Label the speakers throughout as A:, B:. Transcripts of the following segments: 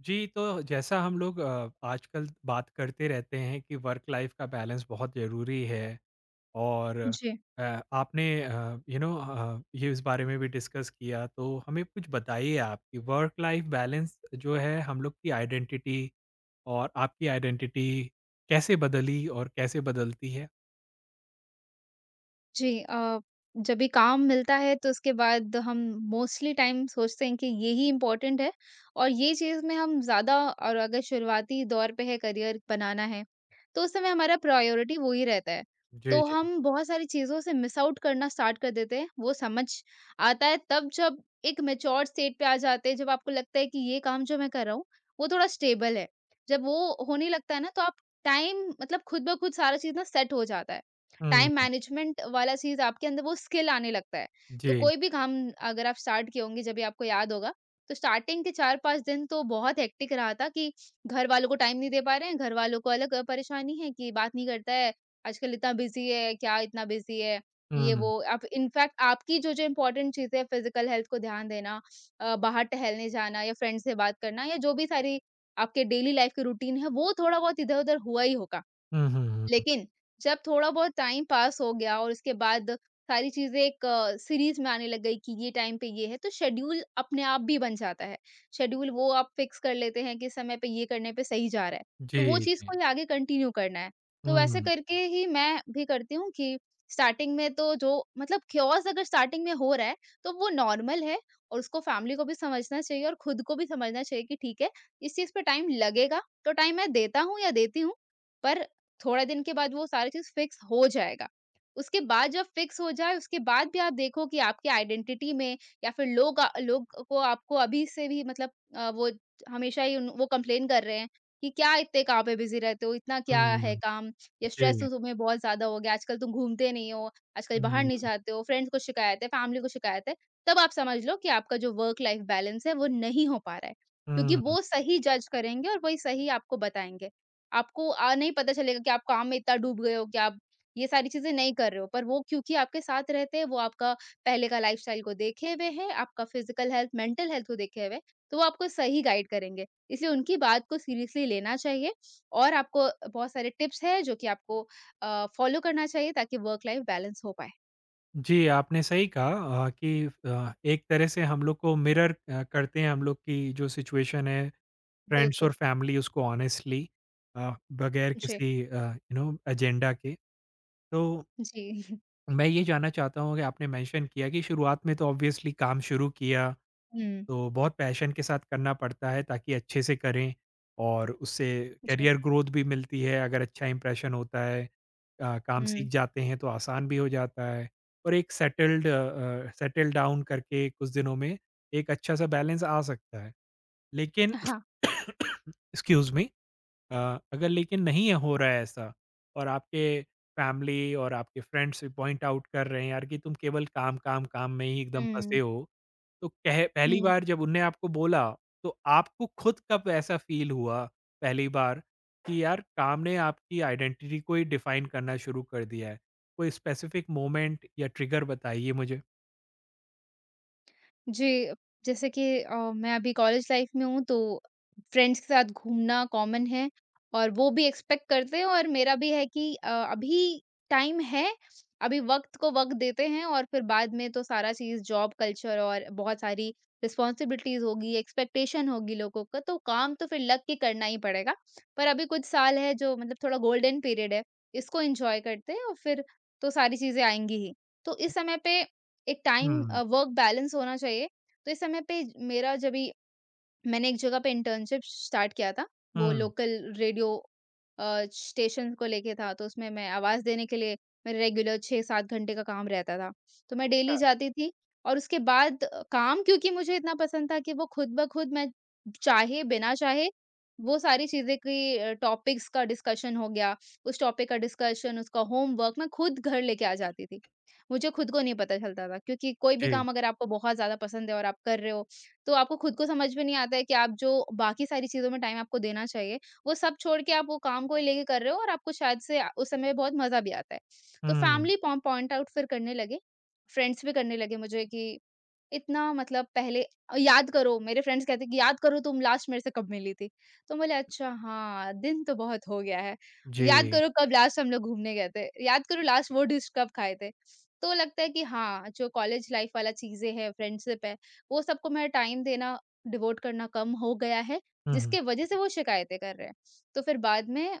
A: जी, तो जैसा हम लोग आजकल बात करते रहते हैं कि वर्क लाइफ का बैलेंस बहुत ज़रूरी है और हुँ।
B: जी,
A: आपने ये इस बारे में भी डिस्कस किया, तो हमें कुछ बताइए आप कि वर्क लाइफ बैलेंस जो है हम लोग की आइडेंटिटी और आपकी आइडेंटिटी कैसे बदली और कैसे बदलती है?
B: जी। जब भी काम मिलता है तो उसके बाद हम मोस्टली टाइम सोचते हैं कि यही इम्पोर्टेंट है, और ये चीज़ में हम ज़्यादा, और अगर शुरुआती दौर पे है करियर बनाना है, तो उस समय हमारा प्रायोरिटी वो ही रहता है।
A: जी,
B: तो
A: जी।
B: हम बहुत सारी चीज़ों से मिस आउट करना स्टार्ट कर देते हैं, वो समझ आता है तब जब एक मैच्योर स्टेट पे आ जाते हैं, जब आपको लगता है कि ये काम जो मैं कर रहा हूँ, वो थोड़ा स्टेबल है। जब वो होने लगता है ना, तो आप टाइम मतलब खुद ब खुद सारा चीज़ ना सेट हो जाता है।
A: हुँ,
B: टाइम मैनेजमेंट वाला चीज़, आपके अंदर वो स्किल आने लगता है। तो
A: जी।
B: कोई भी काम अगर आप स्टार्ट किए होंगे, जब भी आपको याद होगा, तो स्टार्टिंग के 4-5 दिन तो बहुत हेक्टिक रहा था, कि घर वालों को टाइम नहीं दे पा रहे हैं, घर वालों को अलग परेशानी है कि बात नहीं करता है, आजकल इतना बिज़ी है, क्या इतना बिज़ी है, ये वो।
A: हुँ।
B: आप इनफैक्ट, आपकी जो-जो इम्पोर्टेंट चीज़ें हैं, फिज़िकल हेल्थ को ध्यान देना, बाहर टहलने जाना, या फ्रेंड से बात करना, या जो भी सारी आपके डेली लाइफ़ की रूटीन है, वो थोड़ा-बहुत इधर-उधर हुआ ही होगा।
A: हुँ, हुँ, हुँ।
B: लेकिन जब थोड़ा बहुत टाइम पास हो गया, और उसके बाद सारी चीज़ें एक सीरीज में आने लग गई कि ये टाइम पे ये है, तो शेड्यूल अपने आप भी बन जाता है। शेड्यूल वो आप फिक्स कर लेते हैं कि इस समय पे ये करने पे सही जा रहा है, तो वो
A: जी,
B: चीज़
A: जी।
B: को ही आगे कंटिन्यू करना है। तो वैसे
A: हुँ,
B: करके ही मैं भी करती हूँ कि स्टार्टिंग में तो जो मतलब chaos अगर स्टार्टिंग में हो रहा है, तो वो नॉर्मल है, और उसको फैमिली को भी समझना चाहिए और खुद को भी समझना चाहिए कि ठीक है, इस चीज़ पे टाइम लगेगा, तो टाइम मैं देता हूँ या देती हूँ, पर थोड़ा दिन के बाद वो सारी चीज़ फिक्स हो जाएगा। उसके बाद जब फिक्स हो जाए, उसके बाद भी आप देखो कि आपकी आइडेंटिटी में, या फिर लोग को, आपको अभी से भी मतलब वो हमेशा ही उन वो कंप्लेन कर रहे हैं कि क्या इतने काम में बिज़ी रहते हो, इतना क्या है
A: हुँ,
B: काम? ये स्ट्रेस
A: जी।
B: तो तुम्हें बहुत ज़्यादा हो गया, आजकल तुम घूमते नहीं हो, आजकल बाहर नहीं
A: हुँ,
B: जाते हो, फ्रेंड्स को शिकायत है, फैमिली को शिकायत है। तब आप समझ लो कि आपका जो वर्क लाइफ बैलेंस है, वो नहीं हो पा रहा है। क्योंकि
A: हुँ।
B: वो सही जज करेंगे, और वही सही आपको बताएँगे। आपको नहीं पता चलेगा कि आप काम में इतना डूब गए हो कि आप ये सारी चीज़ें नहीं कर रहे हो। पर वो क्योंकि आपके साथ रहते हैं, वो आपका पहले का लाइफ़स्टाइल को देखे हुए हैं, आपका फिज़िकल हेल्थ, मेंटल हेल्थ को देखे हुए हैं, तो वो आपको सही गाइड करेंगे। इसलिए उनकी बात को सीरियसली लेना चाहिए, और आपको बहुत सारे टिप्स हैं जो कि आपको फ़ॉलो करना चाहिए ताकि वर्क लाइफ़ बैलेंस हो पाए।
A: जी, आपने सही कहा कि एक तरह से हम लोग को मिरर करते हैं हम लोग की जो सिचुएशन है, फ्रेंड्स
B: बिल्कुल।
A: और फैमिली उसको ऑनेस्टली अ, बगैर
B: जी,
A: किसी एजेंडा के। तो
B: जी।
A: मैं ये जानना चाहता हूँ कि आपने मेंशन किया कि शुरुआत में तो ऑब्वियसली काम शुरू किया
B: हुँ,
A: तो बहुत पैशन के साथ करना पड़ता है ताकि अच्छे से करें और उससे
B: जी।
A: करियर ग्रोथ भी मिलती है अगर अच्छा इंप्रेशन होता है काम सीख
B: हुँ।
A: जाते हैं तो आसान भी हो जाता है और एक सेटल डाउन करके कुछ दिनों में एक अच्छा सा बैलेंस आ सकता है लेकिन
B: हाँ।
A: एक्सक्यूज मी अ, अगर लेकिन नहीं है हो रहा है ऐसा और आपके फैमिली और आपके फ्रेंड्स भी पॉइंट आउट कर रहे हैं यार कि तुम केवल काम काम काम में ही एकदम फंसे
B: हुँ,
A: हो, तो कह पहली
B: हुँ।
A: बार जब उनने आपको बोला, तो आपको खुद कब ऐसा फ़ील हुआ पहली बार कि यार काम ने आपकी आइडेंटिटी को ही डिफाइन करना शुरू कर दिया है? कोई स्पेसिफिक मोमेंट या ट्रिगर बताइए मुझे?
B: जी, जैसे कि मैं अभी कॉलेज लाइफ में हूँ, तो फ्रेंड्स के साथ घूमना कॉमन है, और वो भी एक्सपेक्ट करते हैं, और मेरा भी है कि अभी टाइम है, अभी वक़्त को वक़्त देते हैं, और फिर बाद में तो सारा चीज़ जॉब कल्चर और बहुत सारी रिस्पॉन्सिबिलिटीज़ होगी, एक्सपेक्टेशन होगी लोगों का, तो काम तो फिर लग के करना ही पड़ेगा। पर अभी कुछ साल है जो मतलब थोड़ा गोल्डन पीरियड है, इसको एन्जॉय करते हैं, और फिर तो सारी चीज़ें आएँगी ही। तो इस समय पे एक टाइम
A: हुँ,
B: वर्क बैलेंस होना चाहिए। तो इस समय पे मेरा, जब भी, मैंने एक जगह पे इंटर्नशिप स्टार्ट किया था। वो
A: हुँ,
B: लोकल रेडियो स्टेशन को लेके था, तो उसमें मैं आवाज़ देने के लिए मेरा रेगुलर 6-7 घंटे का काम रहता था। तो मैं डेली
A: हाँ,
B: जाती थी, और उसके बाद काम क्योंकि मुझे इतना पसंद था कि वो खुद ब खुद मैं, चाहे बिना चाहे, वो सारी चीज़ें की टॉपिक्स का डिस्कशन हो गया, उस टॉपिक का डिस्कशन, उसका होमवर्क मैं खुद घर लेके आ जाती थी। मुझे खुद को नहीं पता चलता था, क्योंकि कोई भी
A: जी,
B: काम अगर आपको बहुत ज़्यादा पसंद है और आप कर रहे हो, तो आपको खुद को समझ में नहीं आता है कि आप जो बाकी सारी चीज़ों में टाइम आपको देना चाहिए, वो सब छोड़ के आप वो काम को ही लेके कर रहे हो, और आपको शायद से उस समय बहुत मज़ा भी आता है। तो
A: हुँ,
B: फैमिली पॉ पॉइंट आउट फिर करने लगे, फ्रेंड्स भी करने लगे मुझे कि इतना मतलब, पहले याद करो, मेरे फ्रेंड्स कहते हैं कि याद करो तुम लास्ट मेरे से कब मिली थी? तो बोले, अच्छा हाँ, दिन तो बहुत हो गया है। याद
A: जी,
B: करो कब लास्ट हम लोग घूमने गए थे? याद करो लास्ट वो डिश कब खाए थे? तो लगता है कि हाँ, जो कॉलेज लाइफ़ वाला चीज़ें हैं, फ्रेंडशिप है, वो सबको मैं टाइम देना, डिवोट करना कम हो गया है,
A: हुँ, हुँ,
B: जिसके वजह से वो शिकायतें कर रहे हैं। तो फिर बाद में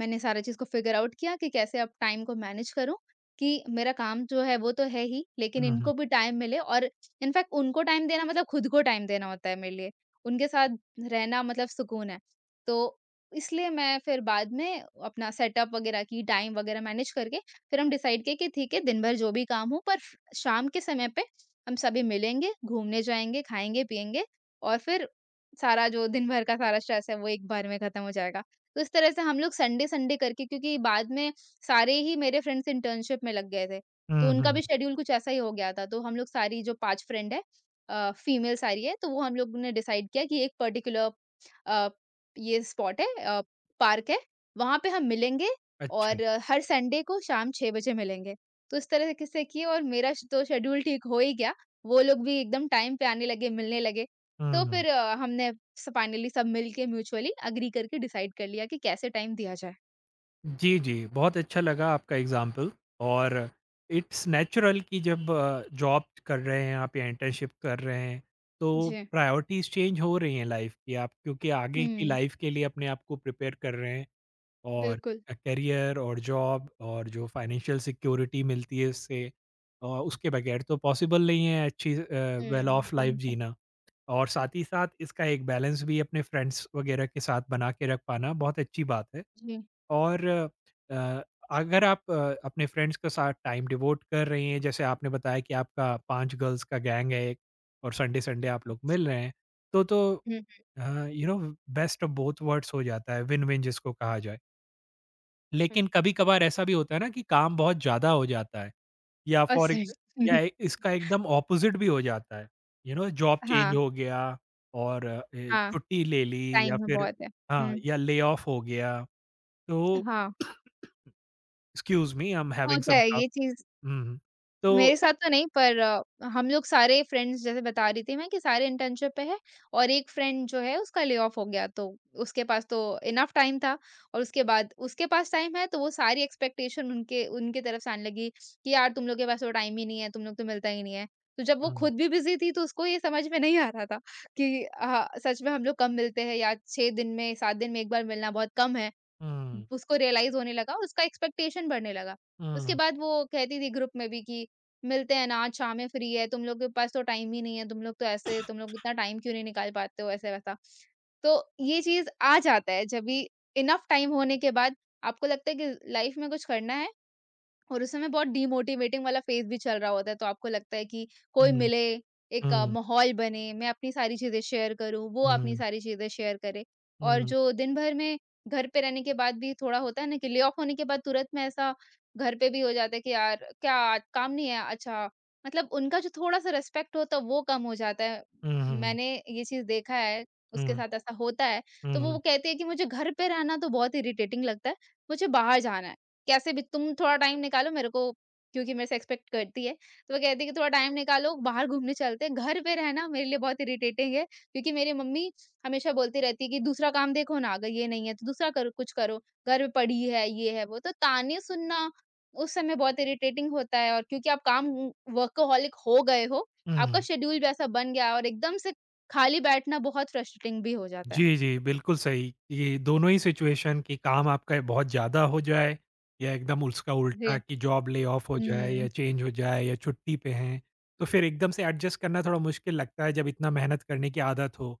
B: मैंने सारा चीज़ को फ़िगर आउट किया कि कैसे अब टाइम को मैनेज करूँ कि मेरा काम जो है वो तो है ही, लेकिन
A: हुँ,
B: इनको भी टाइम मिले, और इनफैक्ट उनको टाइम देना मतलब खुद को टाइम देना होता है मेरे लिए। उनके साथ रहना मतलब सुकून है। तो इसलिए मैं फिर बाद में अपना सेटअप वगैरह की टाइम वगैरह मैनेज करके, फिर हम डिसाइड किए कि ठीक है, दिन भर जो भी काम हो, पर शाम के समय पे हम सभी मिलेंगे, घूमने जाएँगे, खाएँगे, पिएँगे, और फिर सारा जो दिन भर का सारा स्ट्रेस है वो एक बार में खत्म हो जाएगा। तो इस तरह से हम लोग संडे-संडे करके, क्योंकि बाद में सारे ही मेरे फ्रेंड्स इंटर्नशिप में लग गए थे, तो
A: हुँ, हुँ,
B: उनका
A: हुँ,
B: भी शेड्यूल कुछ ऐसा ही हो गया था। तो हम लोग सारी जो 5 फ्रेंड है, फीमेल सारी है, तो वो हम लोग ने डिसाइड किया कि एक पर्टिकुलर अ, ये स्पॉट है, पार्क है, वहाँ पे हम मिलेंगे,
A: अच्छा,
B: और हर संडे को शाम 6 बजे मिलेंगे। तो इस तरह के से किए, और मेरा श तो शेड्यूल ठीक हो ही गया, वो लोग भी एकदम टाइम पे आने लगे, मिलने लगे। तो
A: हुँ।
B: फिर हमने फाइनली सब मिलके म्यूचुअली एग्री करके डिसाइड कर लिया कि कैसे टाइम दिया जाए।
A: जी, जी। बहुत अच्छा लगा आपका एग्ज़ाम्पल और इट्स नेचुरल कि जब जॉब कर रहे हैं आप या इंटर्नशिप कर रहे हैं, तो
B: जी।
A: प्रायोरिटीज़ चेंज हो रही हैं लाइफ़ की। आप क्योंकि आगे की
B: हुँ,
A: लाइफ़ के लिए अपने आप को प्रिपेयर कर रहे हैं और
B: बिल्कुल।
A: करियर और जॉब और जो फाइनेंशियल सिक्योरिटी मिलती है इससे उसके बगैर तो पॉसिबल नहीं है अच्छी वेल
B: हुँ,
A: ऑफ लाइफ़
B: पॉइंट है।
A: जीना। और साथ ही साथ इसका एक बैलेंस भी अपने फ्रेंड्स वगैरह के साथ बना के रख पाना बहुत अच्छी बात है।
B: जी।
A: और अ, अगर आप अपने फ्रेंड्स के साथ टाइम डिवोट कर रही हैं, जैसे आपने बताया कि आपका 5 गर्ल्स का गैंग है एक और संडे-संडे आप
B: हुँ,
A: लोग मिल रहे हैं, तो
B: हुँ, हुँ,
A: uh, you know best of both worlds हो जाता है, विन-विन जिसको कहा जाए।
B: हुँ।
A: लेकिन कभी-कभार ऐसा भी होता है ना कि काम बहुत ज़्यादा हो जाता है या
B: और
A: फॉर एक
B: सही।
A: या इसका एकदम ऑपोज़िट भी हो जाता है, यू नो जॉब चेंज
B: हाँ,
A: हो गया और
B: हाँ,
A: छुट्टी ले ली या
B: टाइम है
A: फिर
B: बहुत है।
A: हाँ,
B: हुँ,
A: या ले ऑफ हो गया, तो
B: हाँ,
A: "Excuse me, I'm having
B: होता
A: some
B: है
A: cough."
B: ये चीज़।
A: Mhm. तो
B: मेरे साथ तो नहीं, पर हम लोग सारे फ्रेंड्स जैसे बता रही थी मैं कि सारे इंटर्नशिप पे है, और एक फ्रेंड जो है उसका ले ऑफ हो गया, तो उसके पास तो इनफ टाइम था, और उसके बाद उसके पास टाइम है तो वो सारी एक्सपेक्टेशन उनके उनकी तरफ से आने लगी कि यार तुम लोग के पास वो टाइम ही नहीं है, तुम लोग तो मिलता ही नहीं है। तो जब वो
A: हुँ, हुँ,
B: खुद भी बिजी थी, तो उसको ये समझ में नहीं आ रहा था कि हाँ, सच में हम लोग कम मिलते हैं, या 6 दिन में 7 दिन में एक बार मिलना बहुत कम है।
A: हुँ,
B: उसको रियलाइज़ होने लगा, उसका एक्सपेक्टेशन बढ़ने लगा। उसके
A: हुँ,
B: बाद वो कहती थी ग्रुप में भी कि, "मिलते हैं ना, आज शाम में फ्री है, तुम लोग के पास तो टाइम ही नहीं है, तुम लोग तो ऐसे, तुम लोग इतना टाइम क्यों नहीं निकाल पाते हो?" ऐसा-वैसा। तो ये चीज़ आ जाता है, जब भी इनफ टाइम होने के बाद आपको लगता है कि लाइफ में कुछ करना है, और उस समय बहुत डिमोटिवेटिंग वाला फेज़ भी चल रहा होता है, तो आपको लगता है कि कोई
A: हुँ,
B: मिले, एक
A: हुँ,
B: माहौल बने, मैं अपनी सारी चीज़ें शेयर करूँ, वो अपनी
A: हुँ,
B: सारी चीज़ें शेयर करे। और जो दिन भर में घर पे रहने के बाद भी थोड़ा होता है ना, कि ले ऑफ होने के बाद तुरंत में ऐसा घर पे भी हो जाता है कि यार क्या आज काम नहीं है? अच्छा, मतलब उनका जो थोड़ा-सा रिस्पेक्ट होता है, वो कम हो जाता है।
A: हुँ,
B: मैंने ये चीज़ देखा है, उसके
A: हुँ,
B: साथ ऐसा होता है, तो वो
A: हुँ,
B: वो कहती है कि मुझे घर पे रहना तो बहुत इरिटेटिंग लगता है, मुझे बाहर जाना है। कैसे भी तुम थोड़ा टाइम निकालो मेरे को क्योंकि मेरे से एक्सपेक्ट करती है, तो वो कहती है कि थोड़ा टाइम निकालो, बाहर घूमने चलते हैं। घर पे रहना मेरे लिए बहुत इरिटेटिंग है क्योंकि मेरी मम्मी हमेशा बोलती रहती है कि दूसरा काम देखो ना, अगर ये नहीं है तो दूसरा करो, कुछ करो, घर में पड़ी है, ये है वो। तो ताने सुनना उस समय बहुत इरिटेटिंग होता है और क्योंकि आप काम वर्कोहॉलिक हो गए हो, आपका
A: हुँ।
B: शेड्यूल भी ऐसा बन गया है और एकदम से खाली बैठना बहुत फ्रस्ट्रेटिंग भी हो जाता है।
A: जी, जी, बिल्कुल सही। ये दोनों ही सिचुएशन कि काम आपका बहुत ज़्यादा हो जाए या एकदम उसका उल्टा
B: जी।
A: कि जॉब ले ऑफ हो जाए या
B: हम्म।
A: चेंज हो जाए या छुट्टी पे हैं, तो फिर एकदम से एडजस्ट करना थोड़ा मुश्किल लगता है जब इतना मेहनत करने की आदत हो।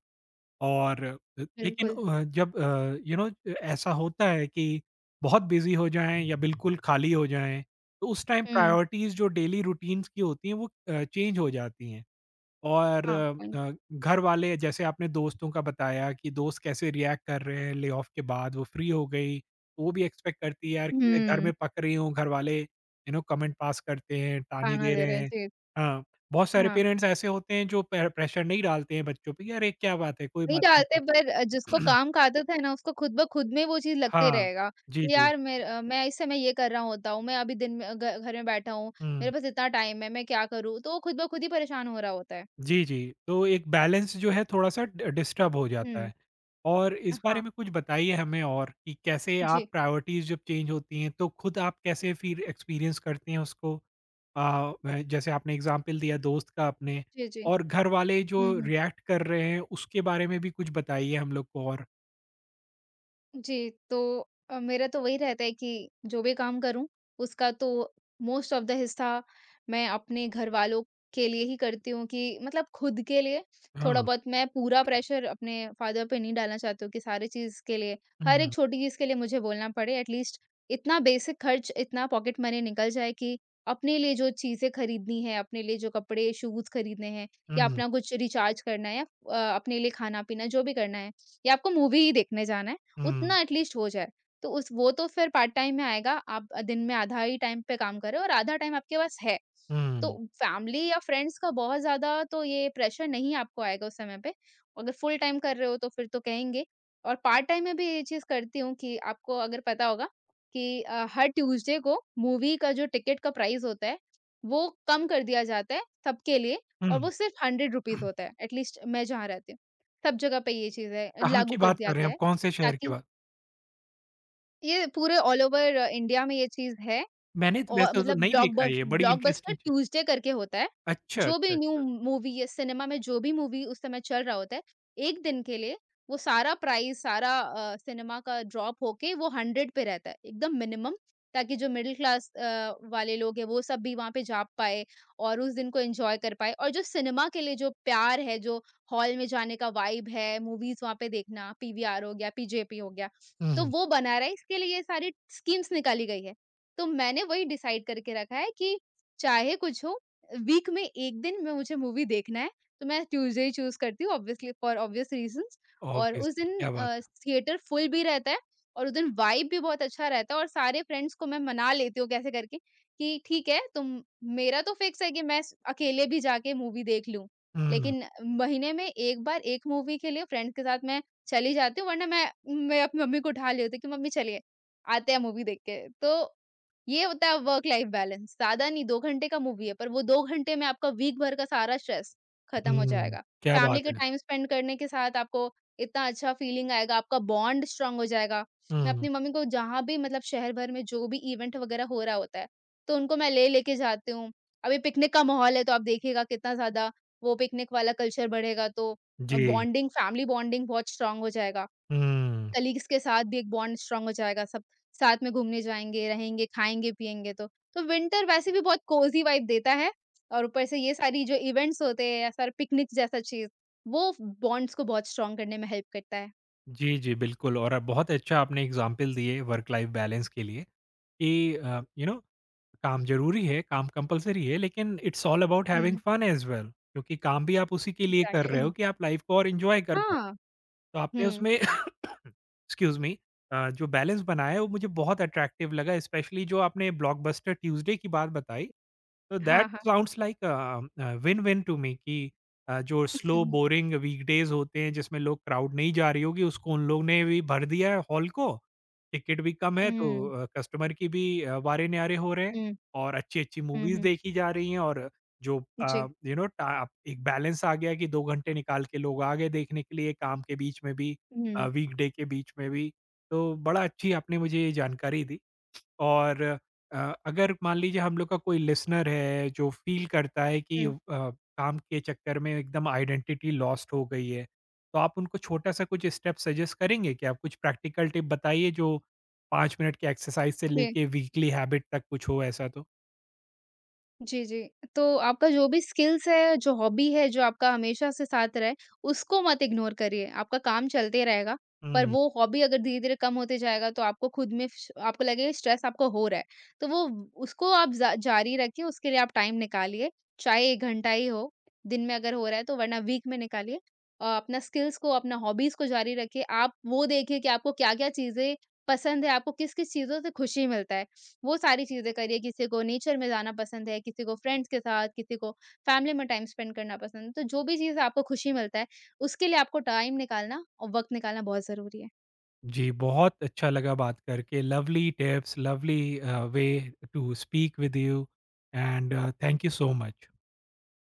A: और लेकिन
B: बिल्कुल।
A: जब ऐसा होता है कि बहुत बिज़ी हो जाएँ या बिल्कुल खाली हो जाएँ, तो उस टाइम
B: हम्म।
A: प्रायोरिटीज़ जो डेली रूटीन्स की होती हैं वो चेंज हो जाती हैं। और
B: हाँ point।
A: घर वाले जैसे आपने दोस्तों का बताया कि दोस्त कैसे रिएक्ट कर रहे हैं ले ऑफ के बाद वो फ्री हो गई तो वो भी एक्सपेक्ट करती है यार कि मैं घर में
B: हम्म।
A: पक रही हूँ घर वाले यू नो कमेंट पास करते हैं ताने
B: खाना
A: दे
B: दे
A: रहे
B: रहे हैं,
A: हैं
B: जी।
A: हाँ बहुत सारे
B: हाँ,
A: पेरेंट्स ऐसे होते हैं जो प्रेशर नहीं डालते हैं बच्चों पे कि अरे क्या बात है कोई
B: नहीं
A: बात
B: डालते,
A: नहीं
B: पर जिसको काम का आदत है ना, उसको खुद ब खुद में वो चीज़ लगते
A: हाँ
B: रहेगा
A: जी
B: कि यार मैं इस समय ये कर रहा होता हूँ, मैं अभी दिन में घ घर में बैठा हूँ,
A: जी
B: मेरे पास इतना टाइम है, मैं क्या करूँ? तो वो खुद ब खुद ही परेशान हो रहा होता है।
A: जी, जी। तो एक बैलेंस जो है थोड़ा-सा डि डिस्टर्ब हो जाता
B: हुँ।
A: है। और इस बारे
B: हाँ।
A: में कुछ बताइए हमें और कि कैसे
B: जी।
A: आप प्रायोरिटीज़ जब चेंज होती हैं, तो खुद आप कैसे फिर एक्सपीरियंस करते हैं उसको? अ, व जैसे आपने एग्ज़ाम्पल दिया दोस्त का अपने
B: जी, जी।
A: और
B: हुँ,
A: घर वाले जो
B: हुँ।
A: रिएक्ट कर रहे हैं, उसके बारे में भी कुछ बताइए हम लोग को और।
B: जी, तो मेरा तो वही रहता है कि जो भी काम करूँ, उसका तो मोस्ट ऑफ़ द हिस्सा मैं अपने घरवालों के लिए ही करती हूँ कि मतलब खुद के लिए थोड़ा
A: हाँ।
B: बहुत। मैं पूरा प्रेशर अपने फ़ादर पे नहीं डालना चाहती हूँ कि सारी चीज़ के लिए, हर एक
A: हुँ,
B: छोटी चीज़ के लिए मुझे बोलना पड़े। एटलीस्ट इतना बेसिक खर्च, इतना पॉकेट मनी निकल जाए कि अपने लिए जो चीज़ें खरीदनी है, अपने लिए जो कपड़े, शूज़ खरीदने हैं या
A: हुँ,
B: अपना कुछ रिचार्ज करना है या अपने लिए खाना-पीना जो भी करना है या आपको मूवी ही देखने जाना है।
A: हुँ,
B: उतना एटलीस्ट हो जाए। तो उस वो तो फिर पार्ट टाइम में आएगा, आप दिन में आधा ही टाइम पे काम कर रहे हो और आधा टाइम आपके पास है। तो
A: हुँ,
B: फैमिली या फ्रेंड्स का बहुत ज़्यादा तो ये प्रेशर नहीं आपको आएगा उस समय पे। अगर फुल टाइम कर रहे हो तो फिर तो कहेंगे, और पार्ट टाइम में भी ये चीज़ करती हूँ कि आपको अगर पता होगा कि हर ट्यूसडे को मूवी का जो टिकट का प्राइस होता है, वो कम कर दिया जाता है सबके लिए, और
A: हुँ।
B: वो सिर्फ़ ₹100 होता है एटलीस्ट मैं जहाँ रहती हूँ। सब जगह पे ये चीज़ है,
A: कहाँ की
B: लागू कर
A: बात
B: दिया
A: कर रहे हैं
B: गया
A: आप?
B: है
A: कौन से शहर की
B: ताकि
A: बात?
B: ये पूरे ऑल ओवर इंडिया में ये चीज़ है।
A: मैंने तो
B: और
A: वैसे तो
B: मतलब
A: नहीं देखा है ये, बड़ी
B: ब्लॉकबस्टर
A: इंटरेस्टिंग चीज़।
B: ट्यूज़डे करके होता है।
A: अच्छा,
B: जो
A: अच्छा,
B: भी न्यू
A: अच्छा।
B: मूवी या सिनेमा में जो भी मूवी उस समय चल रहा होता है, एक दिन के लिए वो सारा प्राइस, सारा सिनेमा का ड्रॉप होके वो 100 पे रहता है, एकदम मिनिमम, ताकि जो मिडल क्लास वाले लोग हैं, वो सब भी वहाँ पे जा पाएँ और उस दिन को एन्जॉय कर पाएँ, और जो सिनेमा के लिए जो प्यार है, जो हॉल में जाने का वाइब है, मूवीज़ वहाँ पे देखना, पीवीआर हो गया, पीजेपी हो गया,
A: हुँ,
B: तो
A: हुँ।
B: वो बना रहे, इसके लिए ये सारी स्कीम्स निकाली गई है। तो मैंने वही डिसाइड करके रखा है कि चाहे कुछ हो, वीक में 1 दिन मैं मुझे मूवी देखना है, तो मैं ट्यूज़डे ही चूज़ करती हूँ ऑब्वियसली, फॉर ऑब्वियस रीज़न्स। और उस
A: ऑब्वियसली,
B: दिन
A: क्या बात है।
B: थिएटर फुल भी रहता है और उस दिन वाइब भी बहुत अच्छा रहता है और सारे फ्रेंड्स को मैं मना लेती हूँ कैसे करके कि ठीक है, तुम। मेरा तो फिक्स है कि मैं स अकेले भी जाके मूवी देख लूँ।
A: हुँ,
B: लेकिन महीने में 1 बार 1 मूवी के लिए फ्रेंड्स के साथ मैं चली जाती हूँ, वरना मैं अपनी मम्मी को उठा लेती हूँ कि मम्मी चलिए, आते हैं मूवी देख के। तो ये होता है वर्क लाइफ बैलेंस। ज़्यादा नहीं, 2 घंटे का मूवी है, पर वो 2 घंटे में आपका वीक भर का सारा स्ट्रेस खत्म हो
A: हुँ,
B: जाएगा।
A: क्या
B: फैमिली
A: बात
B: के
A: है।
B: टाइम स्पेंड करने के साथ आपको इतना अच्छा फीलिंग आएगा, आपका बॉन्ड स्ट्रॉन्ग हो जाएगा। मैं
A: हुँ,
B: अपनी मम्मी को जहाँ भी मतलब शहर भर में जो भी इवेंट वगैरह हो रहा होता है, तो उनको मैं ले लेके जाती हूँ। अभी पिकनिक का माहौल है, तो आप देखिएगा कितना ज़्यादा वो पिकनिक वाला कल्चर बढ़ेगा, तो
A: जी,
B: बॉन्डिंग, फैमिली बॉन्डिंग बहुत स्ट्रॉन्ग हो जाएगा।
A: हुँ।
B: कलीग्स के साथ भी एक बॉन्ड स्ट्रॉन्ग हो जाएगा, सब साथ में घूमने जाएँगे, रहेंगे, खाएँगे-पिएँगे तो। तो विंटर वैसे भी बहुत कोज़ी वाइब देता है और ऊपर से ये सारी जो इवेंट्स होते हैं या सारे पिकनिक जैसा चीज़, वो फ बॉन्ड्स को बहुत स्ट्रॉन्ग करने में हेल्प करता है।
A: जी, जी, बिल्कुल और बहुत अच्छा आपने एग्ज़ाम्पल दिए वर्क लाइफ़ बैलेंस के लिए कि यू नो काम ज़रूरी है, काम कंपल्सरी है लेकिन it's all about having
B: hmm,
A: fun as well क्योंकि काम भी आप उसी के लिए कर रहे हो
B: एग्ज़ैक्टली।
A: कि आप लाइफ़ को और एन्जॉय कर पाओ।
B: हाँ,
A: तो आपने
B: हुँ।
A: उसमें एक्सक्यूज़ मी जो बैलेंस बनाया है वो मुझे बहुत अट्रैक्टिव लगा स्पेशली जो आपने ब्लॉकबस्टर ट्यूज़डे की बात बताई।
B: जी।
A: So that
B: हाँ, हाँ।
A: Sounds like win win to me कि जो स्लो
B: हुँ,
A: बोरिंग वीकडेज होते हैं जिसमें लोग क्राउड नहीं जा रही होगी उसको उन लोग ने भी भर दिया है हॉल को, टिकट भी कम है तो
B: हुँ,
A: कस्टमर की भी वारे-न्यारे हो रहे हैं
B: हुँ,
A: और अच्छी-अच्छी
B: हुँ,
A: मूवीज़
B: हुँ।
A: देखी जा रही हैं और जो
B: जी।
A: यू नो टा एक बैलेंस आ गया कि 2 घंटे निकाल के लोग आ गए देखने के लिए काम के बीच में भी
B: हुँ,
A: वीकडे के बीच में भी। तो बड़ा अच्छी आपने मुझे ये जानकारी दी। और अ, अगर मान लीजिए हम लोग का कोई लिसनर है जो फ़ील करता है कि
B: हुँ,
A: काम के चक्कर में एकदम आइडेंटिटी लॉस्ट हो गई है, तो आप उनको छोटा-सा कुछ स्टेप सजेस्ट करेंगे क्या? कुछ प्रैक्टिकल टिप बताइए जो 5 मिनट की एक्सरसाइज से
B: जी।
A: लेके वीकली हैबिट तक कुछ हो ऐसा तो?
B: जी, जी। तो आपका जो भी स्किल्स है, जो हॉबी है, जो आपका हमेशा से साथ रहे, उसको मत इग्नोर करिए। आपका काम चलते रहेगा, पर
A: हुँ।
B: वो हॉबी अगर धीरे-धीरे कम होते जाएगा तो आपको खुद में श आपको लगेगा स्ट्रेस आपको हो रहा है। तो वो उसको आप जा जारी रखिए, उसके लिए आप टाइम निकालिए, चाहे 1 घंटा ही हो, दिन में अगर हो रहा है तो, वरना वीक में निकालिए। अपना स्किल्स को, अपना हॉबीज़ को जारी रखिए। आप वो देखिए कि आपको क्या-क्या चीज़ें पसंद है, आपको किस-किस चीज़ों से खुशी मिलता है। वो सारी चीज़ें करिए, किसी को नेचर में जाना पसंद है, किसी को फ्रेंड्स के साथ, किसी को फैमिली में टाइम स्पेंड करना पसंद है। तो जो भी चीज़ आपको खुशी मिलता है, उसके लिए आपको टाइम निकालना और वक़्त निकालना बहुत ज़रूरी है।
A: जी, बहुत अच्छा लगा बात करके। Lovely tips, lovely way to speak with you and thank you so much.